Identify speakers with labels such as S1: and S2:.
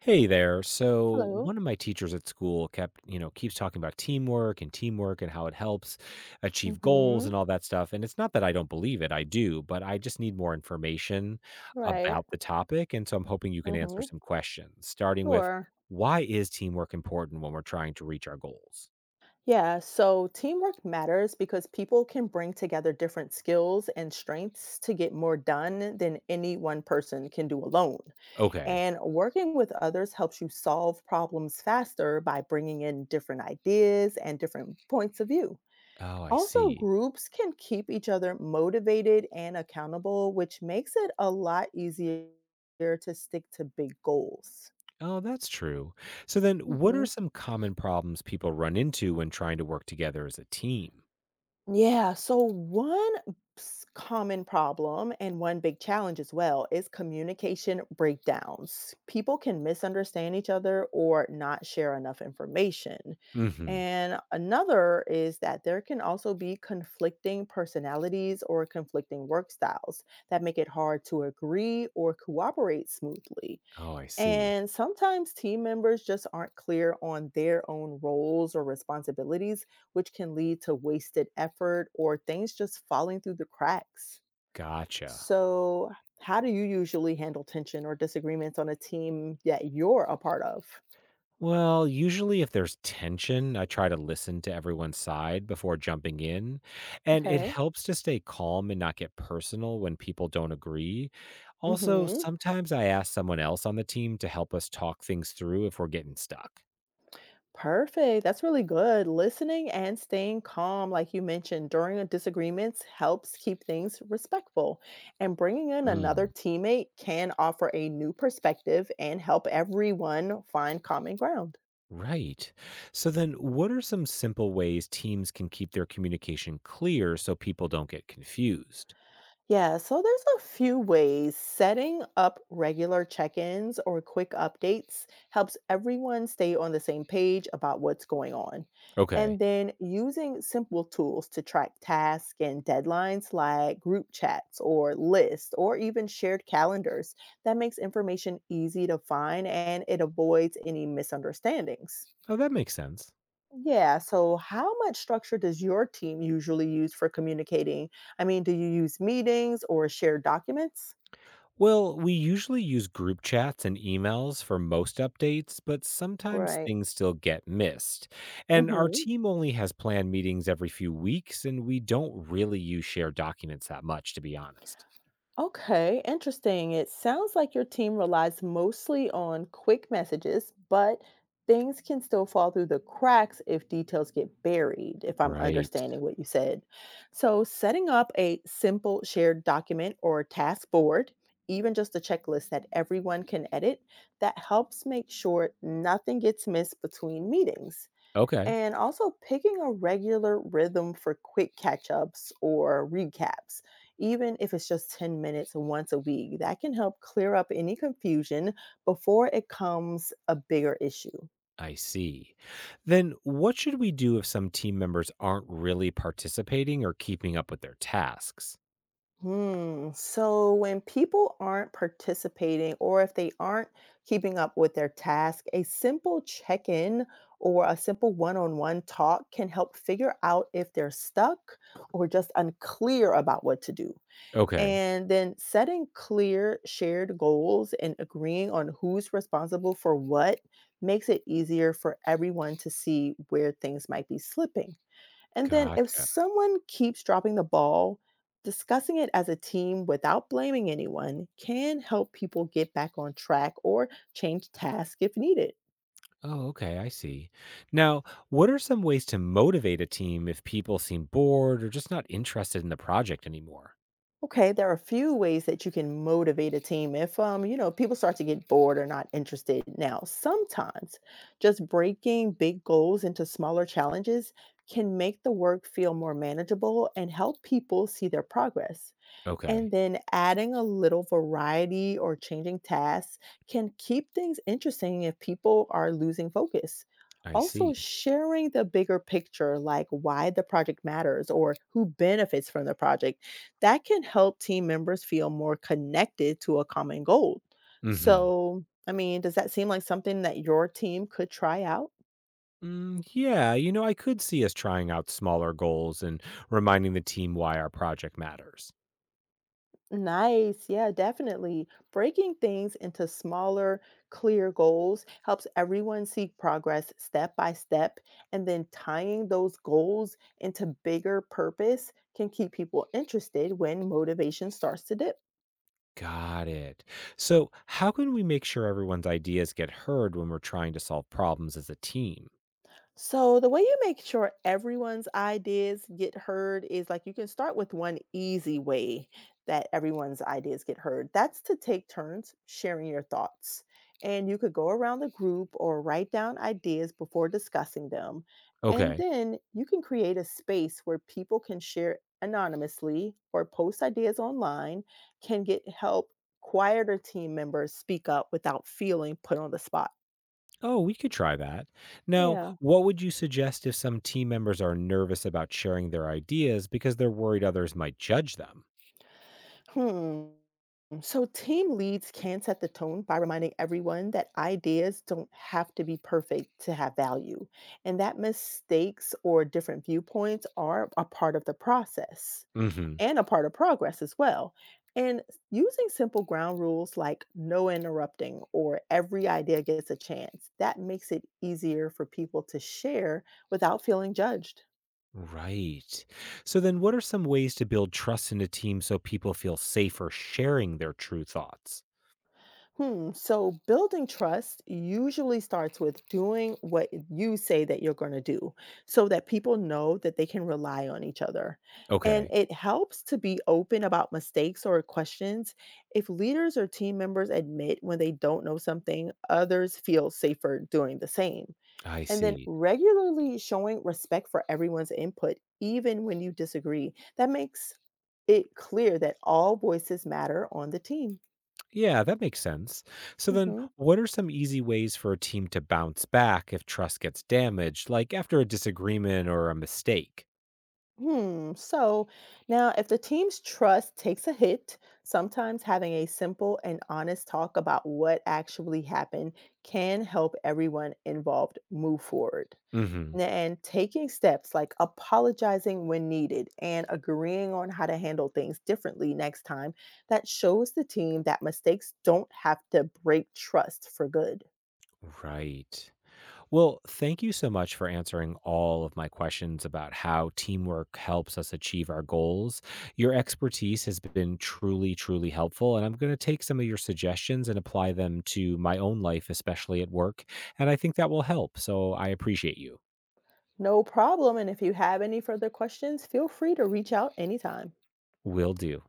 S1: Hey there. So
S2: Hello.
S1: one of my teachers at school keeps talking about teamwork and how it helps achieve goals
S2: Mm-hmm.
S1: and all that stuff. And it's not that I don't believe it, I do, but I just need more information
S2: Right.
S1: about the topic. And so I'm hoping you can answer
S2: Mm-hmm.
S1: some questions, starting with,
S2: Sure.
S1: why is teamwork important when we're trying to reach our goals?
S2: Yeah, so teamwork matters because people can bring together different skills and strengths to get more done than any one person can do alone.
S1: Okay.
S2: And working with others helps you solve problems faster by bringing in different ideas and different points of view.
S1: Oh, I
S2: Also,
S1: see.
S2: groups can keep each other motivated and accountable, which makes it a lot easier to stick to big goals.
S1: Oh, that's true. So then, what are some common problems people run into when trying to work together as a team?
S2: Yeah, so common problem and one big challenge as well is communication breakdowns. People can misunderstand each other or not share enough information.
S1: Mm-hmm.
S2: And another is that there can also be conflicting personalities or conflicting work styles that make it hard to agree or cooperate smoothly.
S1: Oh, I see.
S2: And sometimes team members just aren't clear on their own roles or responsibilities, which can lead to wasted effort or things just falling through the cracks.
S1: Gotcha.
S2: So, how do you usually handle tension or disagreements on a team that you're a part of?
S1: Well, usually if there's tension, I try to listen to everyone's side before jumping in. And it
S2: Okay.
S1: helps to stay calm and not get personal when people don't agree. Also,
S2: Mhm.
S1: sometimes I ask someone else on the team to help us talk things through if we're getting stuck.
S2: Perfect. That's really good. Listening and staying calm, like you mentioned, during a disagreements helps keep things respectful. And bringing in another
S1: Mm,
S2: teammate can offer a new perspective and help everyone find common ground.
S1: right. So then, what are some simple ways teams can keep their communication clear so people don't get confused?
S2: Yeah, so there's a few ways setting up regular check ins or quick updates helps everyone stay on the same page about what's going on. And
S1: Okay.
S2: then using simple tools to track tasks and deadlines like group chats or lists or even shared calendars, that makes information easy to find and it avoids any misunderstandings.
S1: Oh, that makes sense.
S2: Yeah, so how much structure does your team usually use for communicating? I mean, do you use meetings or shared documents?
S1: Well, we usually use group chats and emails for most updates, but sometimes
S2: Right.
S1: things still get missed. And our
S2: Mhm.
S1: team only has planned meetings every few weeks, and we don't really use shared documents that much, to be honest.
S2: Okay, interesting. It sounds like your team relies mostly on quick messages, but things can still fall through the cracks if details get buried, if I'm
S1: Right.
S2: understanding what you said. So, setting up a simple shared document or task board, even just a checklist that everyone can edit, that helps make sure nothing gets missed between meetings.
S1: Okay.
S2: And also picking a regular rhythm for quick catch ups or recaps, even if it's just 10 minutes once a week, that can help clear up any confusion before it becomes a bigger issue.
S1: I see. Then what should we do if some team members aren't really participating or keeping up with their tasks?
S2: Hmm. So when people aren't participating or if they aren't keeping up with their task, a simple check in or a simple one on one talk can help figure out if they're stuck or just unclear about what to do.
S1: Okay.
S2: And then setting clear shared goals and agreeing on who's responsible for what makes it easier for everyone to see where things might be slipping. And then if
S1: Gotcha.
S2: someone keeps dropping the ball, discussing it as a team without blaming anyone can help people get back on track or change tasks if needed.
S1: Oh, okay, I see. Now, what are some ways to motivate a team if people seem bored or just not interested in the project anymore?
S2: Okay, there are a few ways that you can motivate a team if people start to get bored or not interested. Now, sometimes just breaking big goals into smaller challenges can make the work feel more manageable and help people see their progress. And
S1: Okay,
S2: then adding a little variety or changing tasks can keep things interesting if people are losing focus.
S1: I
S2: Also,
S1: see.
S2: sharing the bigger picture, like why the project matters or who benefits from the project, that can help team members feel more connected to a common goal.
S1: Mm-hmm.
S2: So, I mean, does that seem like something that your team could try out?
S1: Mm, yeah, I could see us trying out smaller goals and reminding the team why our project matters.
S2: Nice. Yeah, definitely. Breaking things into smaller, clear goals helps everyone see progress step by step. And then tying those goals into bigger purpose can keep people interested when motivation starts to dip.
S1: Got it. So, how can we make sure everyone's ideas get heard when we're trying to solve problems as a team?
S2: So the way you make sure everyone's ideas get heard is like you can start with one easy way that everyone's ideas get heard. That's to take turns sharing your thoughts. And you could go around the group or write down ideas before discussing them. And
S1: Okay.
S2: then you can create a space where people can share anonymously or post ideas online, can get help quieter team members speak up without feeling put on the spot.
S1: Oh, we could try that. Now,
S2: Yeah.
S1: what would you suggest if some team members are nervous about sharing their ideas because they're worried others might judge them?
S2: Hmm. So, team leads can set the tone by reminding everyone that ideas don't have to be perfect to have value, and that mistakes or different viewpoints are a part of the process
S1: Hmm.
S2: and a part of progress as well. And using simple ground rules like no interrupting or every idea gets a chance, that makes it easier for people to share without feeling judged.
S1: Right. So, then what are some ways to build trust in a team so people feel safer sharing their true thoughts?
S2: Hmm. So building trust usually starts with doing what you say that you're going to do so that people know that they can rely on each other. And
S1: Okay,
S2: it helps to be open about mistakes or questions. If leaders or team members admit when they don't know something, others feel safer doing the same.
S1: I
S2: And then
S1: see.
S2: regularly showing respect for everyone's input, even when you disagree, that makes it clear that all voices matter on the team.
S1: Yeah, that makes sense. So, then
S2: Mhm.
S1: what are some easy ways for a team to bounce back if trust gets damaged, like after a disagreement or a mistake?
S2: Hmm. So now, if the team's trust takes a hit, sometimes having a simple and honest talk about what actually happened can help everyone involved move forward.
S1: Hmm.
S2: And taking steps like apologizing when needed and agreeing on how to handle things differently next time, that shows the team that mistakes don't have to break trust for good.
S1: Right. Well, thank you so much for answering all of my questions about how teamwork helps us achieve our goals. Your expertise has been truly, truly helpful. And I'm going to take some of your suggestions and apply them to my own life, especially at work. And I think that will help. So I appreciate you.
S2: No problem. And if you have any further questions, feel free to reach out anytime.
S1: Will do.